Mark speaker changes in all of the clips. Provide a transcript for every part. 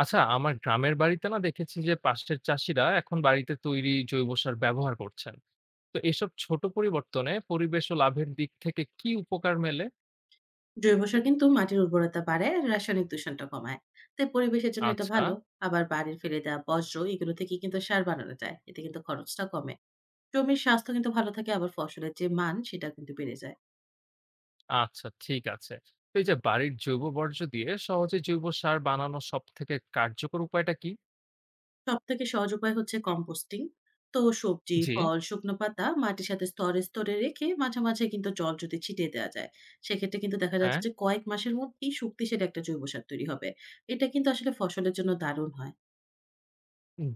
Speaker 1: আচ্ছা, আমার গ্রামের বাড়িতে না দেখেছি যে পাশের চাষিরা এখন বাড়িতে তৈরি জৈব সার ব্যবহার করছেন। তো এসব ছোট পরিবর্তনে পরিবেশ ও লাভের দিক থেকে কি উপকার মেলে?
Speaker 2: জৈব সার কিন্তু মাটির উর্বরতা বাড়ায় আর রাসায়নিক দূষণটা কমায়, তাই পরিবেশের জন্য এটা
Speaker 1: আচ্ছা,
Speaker 2: ভালো। আবার বাড়ির ফেলে দেওয়া বর্জ্য এগুলো থেকে কিন্তু সার বানানো যায়, এতে কিন্তু খরচটা কমে। জমির স্বাস্থ্য কিন্তু ভালো থাকে, আবার ফসলের যে মান সেটা কিন্তু বেড়ে যায়।
Speaker 1: আচ্ছা ঠিক আছে। তো এই যে বাড়ির জৈব বর্জ্য দিয়ে সহজে জৈব সার বানানোর সবথেকে কার্যকর উপায়টা কি?
Speaker 2: সব থেকে সহজ উপায় হচ্ছে কম্পোস্টিং। তো সবজি,
Speaker 1: জি,
Speaker 2: ফল, শুকনো পাতা মাটির সাথে স্তরে স্তরে রেখে মাঝে মাঝে কিন্তু জল যদি ছিটিয়ে দেওয়া যায়, সেক্ষেত্রে কিন্তু দেখা
Speaker 1: হ্যাঁ,
Speaker 2: যাচ্ছে যে কয়েক মাসের মধ্যেই শক্তিশালী একটা জৈব সার তৈরি হবে। এটা কিন্তু আসলে ফসলের জন্য দারুণ হয়।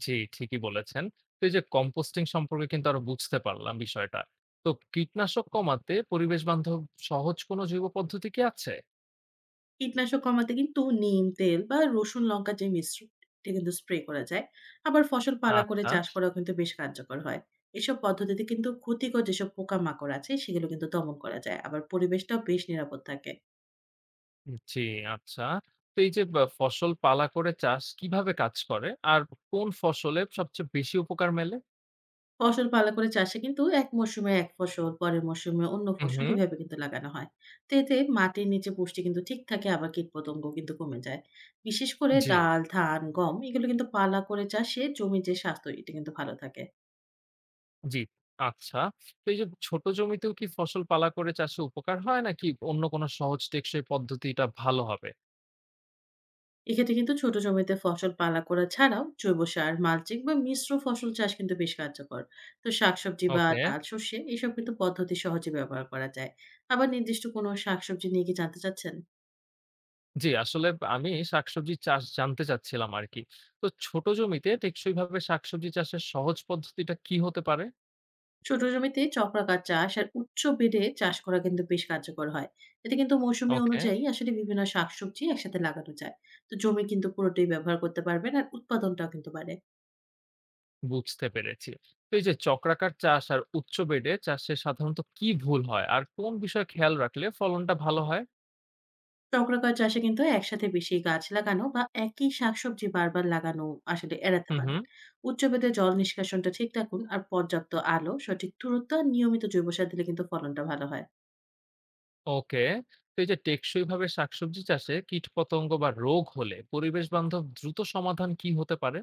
Speaker 1: জি ঠিকই বলেছেন। তো এই যে কম্পোস্টিং সম্পর্কে কিন্তু আরো বুঝতে পারলাম বিষয়টা। তো কীটনাশক কমাতে পরিবেশ বান্ধব সহজ কোনো জৈব পদ্ধতি কি আছে?
Speaker 2: কীটনাশক কমাতে কিন্তু নিম তেল বা রসুন লঙ্কার যে মিশ্রণটা কিন্তু স্প্রে করা যায়। আবার ফসল পালা করে
Speaker 1: আচ্ছা।
Speaker 2: চাষ করাও কিন্তু বেশ কার্যকর হয়। এসব পদ্ধতিতে কিন্তু ক্ষতিকর যেসব পোকামাকড় আছে সেগুলো কিন্তু দমন করা যায়। আবার পরিবেশটাও বেশ নিরাপদ থাকে।
Speaker 1: জি, আচ্ছা। তো এই যে বা ফসল পালা করে চাষ কিভাবে কাজ করে? আর কোন ফসলে সবচেয়ে বেশি উপকার মেলে?
Speaker 2: ফসল পালা করে চাষে কিন্তু এক মরশুমে এক ফসল, পরের মরশুমে অন্য
Speaker 1: হু,
Speaker 2: ফসল,
Speaker 1: হু।
Speaker 2: এভাবে কিন্তু লাগানো হয়। তো এতে মাটির নিচে পুষ্টি কিন্তু ঠিক থাকে, আবার কীটপতঙ্গ কিন্তু কমে যায়। বিশেষ করে
Speaker 1: জি,
Speaker 2: ডাল, ধান, গম এগুলো কিন্তু পালা করে চাষে জমির যে স্বাস্থ্য এটা কিন্তু ভালো থাকে।
Speaker 1: জি। আচ্ছা। তো এই যে ছোট জমিতেও কি ফসল পালা করে চাষে উপকার হয় নাকি অন্য কোনো সহজ টেকসই পদ্ধতিটা ভালো হবে?
Speaker 2: এক্ষেত্রে কিন্তু ছোট জমিতে ফসল পালা করা ছাড়াও জৈব সার, মালচিং বা মিশ্র ফসল চাষ কিন্তু বেশ কার্যকর। তো শাকসবজি বা
Speaker 1: ওকে।
Speaker 2: ডাল শস্যে এসব কিন্তু পদ্ধতি সহজে ব্যবহার করা যায়। আবার নির্দিষ্ট কোনো শাকসবজি নিয়ে কি জানতে চাচ্ছেন?
Speaker 1: জি, আসলে আমি শাকসবজি চাষ জানতে চাচ্ছিলাম আরকি। তো ছোট জমিতে টেকসইভাবে শাকসবজি চাষের সহজ পদ্ধতিটা কি হতে পারে?
Speaker 2: ছোট জমিতে চক্রাকার চাষ আর উচ্চ বেডে চাষ করা কিন্তু বেশ কার্যকর হয়। এতে কিন্তু মৌসুমী
Speaker 1: ওকে।
Speaker 2: অনুযায়ী আসলে বিভিন্ন শাকসবজি একসাথে লাগানো যায়। তো জমি কিন্তু পুরোটাই ব্যবহার করতে পারবেন, আর উৎপাদনটাও কিন্তু বাড়ে।
Speaker 1: বুঝতে পেরেছি। তো এই যে চক্রাকার চাষ আর উচ্চ বেডে চাষে সাধারণত কি ভুল হয় আর কোন বিষয়ে খেয়াল রাখলে ফলনটা ভালো হয়?
Speaker 2: চক্রাকার চাষে কিন্তু একসাথে বেশি গাছ লাগানো বা একই শাকসবজি বারবার লাগানো আসলে এড়াতে
Speaker 1: হুম
Speaker 2: পারেন।
Speaker 1: হুম
Speaker 2: উচ্চবেদে জল নিষ্কাশনটা ঠিক রাখুন, আর পর্যাপ্ত আলো, সঠিক দূরত্ব আর নিয়মিত জৈব সার দিলে কিন্তু ফলনটা ভালো হয়।
Speaker 1: ওকে। তো এই যে টেকসইভাবে শাকসবজি চাষে কীটপতঙ্গ বা রোগ হলে পরিবেশ বান্ধব দ্রুত সমাধান কি হতে পারে?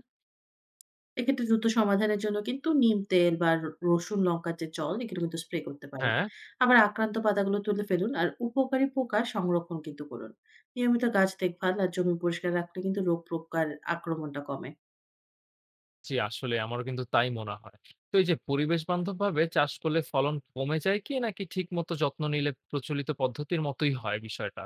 Speaker 2: এক্ষেত্রে দ্রুত সমাধানের জন্য কিন্তু নিম তেল বা রসুন লঙ্কার যে জল এগুলো কিন্তু স্প্রে করতে পারেন।
Speaker 1: হ্যাঁ।
Speaker 2: আবার আক্রান্ত পাতাগুলো তুলে ফেলুন আর উপকারী পোকা সংরক্ষণ কিন্তু করুন। নিয়মিত গাছ দেখভাল আর জমি পরিষ্কার রাখলে কিন্তু রোগ প্রকার আক্রমণটা কমে।
Speaker 1: জি, আসলে আমারও কিন্তু তাই মনে হয়। তো এই যে পরিবেশ বান্ধবভাবে চাষ করলে ফলন কমে যায় কি নাকি ঠিকমতো যত্ন নিলে প্রচলিত পদ্ধতির মতোই হয় বিষয়টা?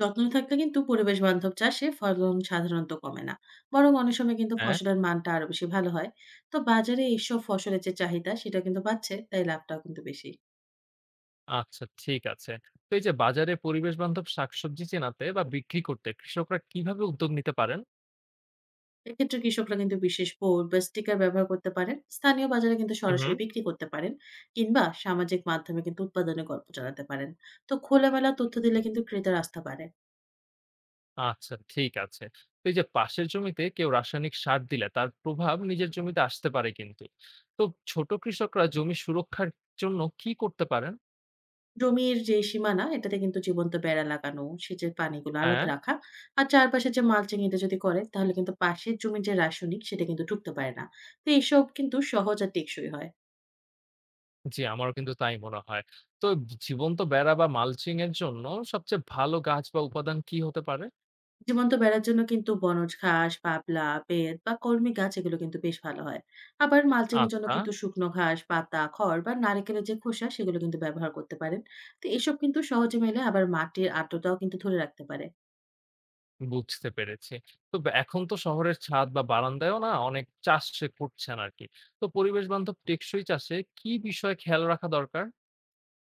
Speaker 2: যত্ন থাকলে কিন্তু পরিবেশ বান্ধব চাষে ফলন সাধারণত কমে না, বরং অনেক সময় কিন্তু
Speaker 1: হ্যাঁ।
Speaker 2: ফসলের মানটা আরো বেশি ভালো হয়। তো বাজারে এইসব ফসলের যে চাহিদা সেটা কিন্তু বাড়ছে, তাই লাভটাও কিন্তু বেশি।
Speaker 1: আচ্ছা ঠিক আছে। তো এই যে বাজারে পরিবেশ বান্ধব শাকসবজি চেনাতে বা বিক্রি করতে কৃষকরা কিভাবে উদ্যোগ নিতে পারেন?
Speaker 2: এক্ষেত্রে কৃষকরা কিন্তু বিশেষ বোর্ড বা স্টিকার ব্যবহার করতে পারেন, স্থানীয় বাজারে কিন্তু
Speaker 1: হুম, হুম।
Speaker 2: সরাসরি বিক্রি করতে পারেন, কিংবা সামাজিক মাধ্যমে কিন্তু উৎপাদনের গল্প জানাতে পারেন। তো খোলামেলা তথ্য দিলে কিন্তু ক্রেতার আস্থা বাড়ে।
Speaker 1: আচ্ছা ঠিক আছে। তো এই যে পাশের জমিতে কেউ রাসায়নিক সার দিলে তার প্রভাব নিজের জমিতে আসতে পারে কিন্তু। তো ছোট কৃষকরা জমি সুরক্ষার জন্য কি করতে পারেন?
Speaker 2: জমির যে সীমানা এটাতে কিন্তু জীবন্ত বেড়া লাগানো, সেচের পানিগুলো আলাদা
Speaker 1: হ্যাঁ।
Speaker 2: রাখা। আর চারপাশে যে মালচিং এটা যদি করে তাহলে কিন্তু পাশের জমির যে রাসায়নিক সেটা কিন্তু ঢুকতে পারে না। তো এসব কিন্তু সহজ আর টেকসই হয়।
Speaker 1: জি, আমারও কিন্তু তাই মনে হয়। তো জীবন্ত বেড়া বা মালচিং এর জন্য সবচেয়ে ভালো গাছ বা উপাদান কি হতে পারে?
Speaker 2: জীবন্ত বেড়ার জন্য কিন্তু বনজ ঘাস, পাবলা, বেত বা কলমি গাছ এগুলো কিন্তু বেশ ভালো হয়। আবার মালচিং এর জন্য
Speaker 1: আচ্ছা।
Speaker 2: কিন্তু শুকনো ঘাস, পাতা, খড় বা নারকেলের যে খোসা সেগুলো কিন্তু ব্যবহার করতে পারেন। তো এসব কিন্তু সহজে মেলে, আবার মাটির আর্দ্রতাও কিন্তু ধরে রাখতে পারে।
Speaker 1: বুঝতে পেরেছি। তো ব এখন তো শহরের ছাদ বা বারান্দায়ও না অনেক চাষে করছেন আরকি। তো পরিবেশ বান্ধব টেকসই চাষে কি বিষয়ে খেয়াল রাখা দরকার?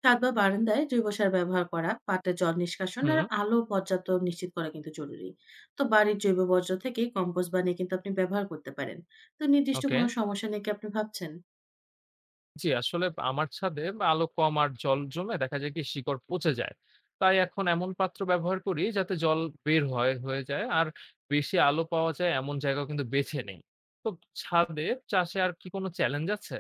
Speaker 2: ছাদ বা বারান্দায় জৈব সার ব্যবহার করা, পাটের জল নিষ্কাশন আর
Speaker 1: হুম,
Speaker 2: আলো পর্যাপ্ত নিশ্চিত করা কিন্তু জরুরি। তো বাড়ির জৈব বর্জ্য থেকে কম্পোস্ট বানিয়ে কিন্তু আপনি ব্যবহার করতে পারেন। তো নির্দিষ্ট
Speaker 1: ওকে।
Speaker 2: কোনো সমস্যা নিয়ে কি আপনি ভাবছেন?
Speaker 1: জি, আসলে আমার ছাদে আলো কম আর জল জমে দেখা যায় কি শিকড় পচে যায়। তাই এখন এমন পাত্র ব্যবহার করি যাতে জল বের হয়ে যায় আর বেশি আলো পাওয়া যায় এমন জায়গাও কিন্তু বেছে নেই। তো ছাদে চাষে আর কি কোনো চ্যালেঞ্জ আছে?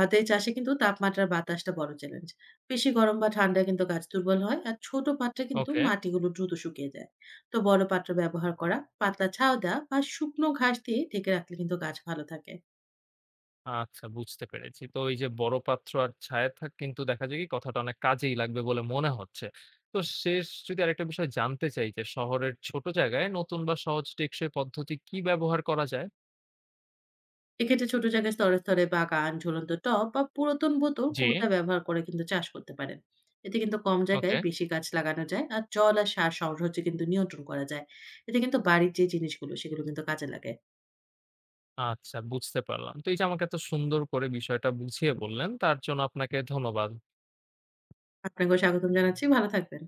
Speaker 2: হাতে চাষে কিন্তু তাপমাত্রার বাতাসটা বড় চ্যালেঞ্জ। বেশি গরম বা ঠান্ডায় কিন্তু গাছ দুর্বল হয়, আর ছোট পাত্রে কিন্তু
Speaker 1: ওকে।
Speaker 2: মাটিগুলো দ্রুত শুকিয়ে যায়। তো বড় পাত্র ব্যবহার করা, পাতলা ছাউদা বা শুকনো ঘাস দিয়ে ঢেকে রাখলে কিন্তু গাছ ভালো থাকে।
Speaker 1: আচ্ছা বুঝতে পেরেছি। তো এই যে বড় পাত্র আর ছায়া থাক কিন্তু দেখা যায় কি কথাটা অনেক কাজেই লাগবে বলে মনে হচ্ছে। তো শেষ যদি আরেকটা বিষয় জানতে চাই যে শহরের ছোট জায়গায় নতুন বা সহজ টেকসই পদ্ধতি কি ব্যবহার করা যায়?
Speaker 2: এক্ষেত্রে ছোট জায়গায় স্তরে স্তরে বাগান, ঝুলন্ত টব বা পুরাতন বোতল
Speaker 1: জি।
Speaker 2: কৌটা ব্যবহার করে কিন্তু চাষ করতে পারেন। এতে কিন্তু কম জায়গায়
Speaker 1: ওকে।
Speaker 2: বেশি গাছ লাগানো যায়। আর জল আর সার সংগ্রহকে কিন্তু নিয়ন্ত্রণ করা যায়। এতে কিন্তু বাড়ির যে জিনিসগুলো সেগুলো কিন্তু কাজে লাগে।
Speaker 1: আচ্ছা বুঝতে পারলাম। তো এই যে আমাকে এত সুন্দর করে বিষয়টা বুঝিয়ে বললেন তার জন্য আপনাকে ধন্যবাদ।
Speaker 2: আপনাকেও স্বাগতম জানাচ্ছি। ভালো থাকবেন।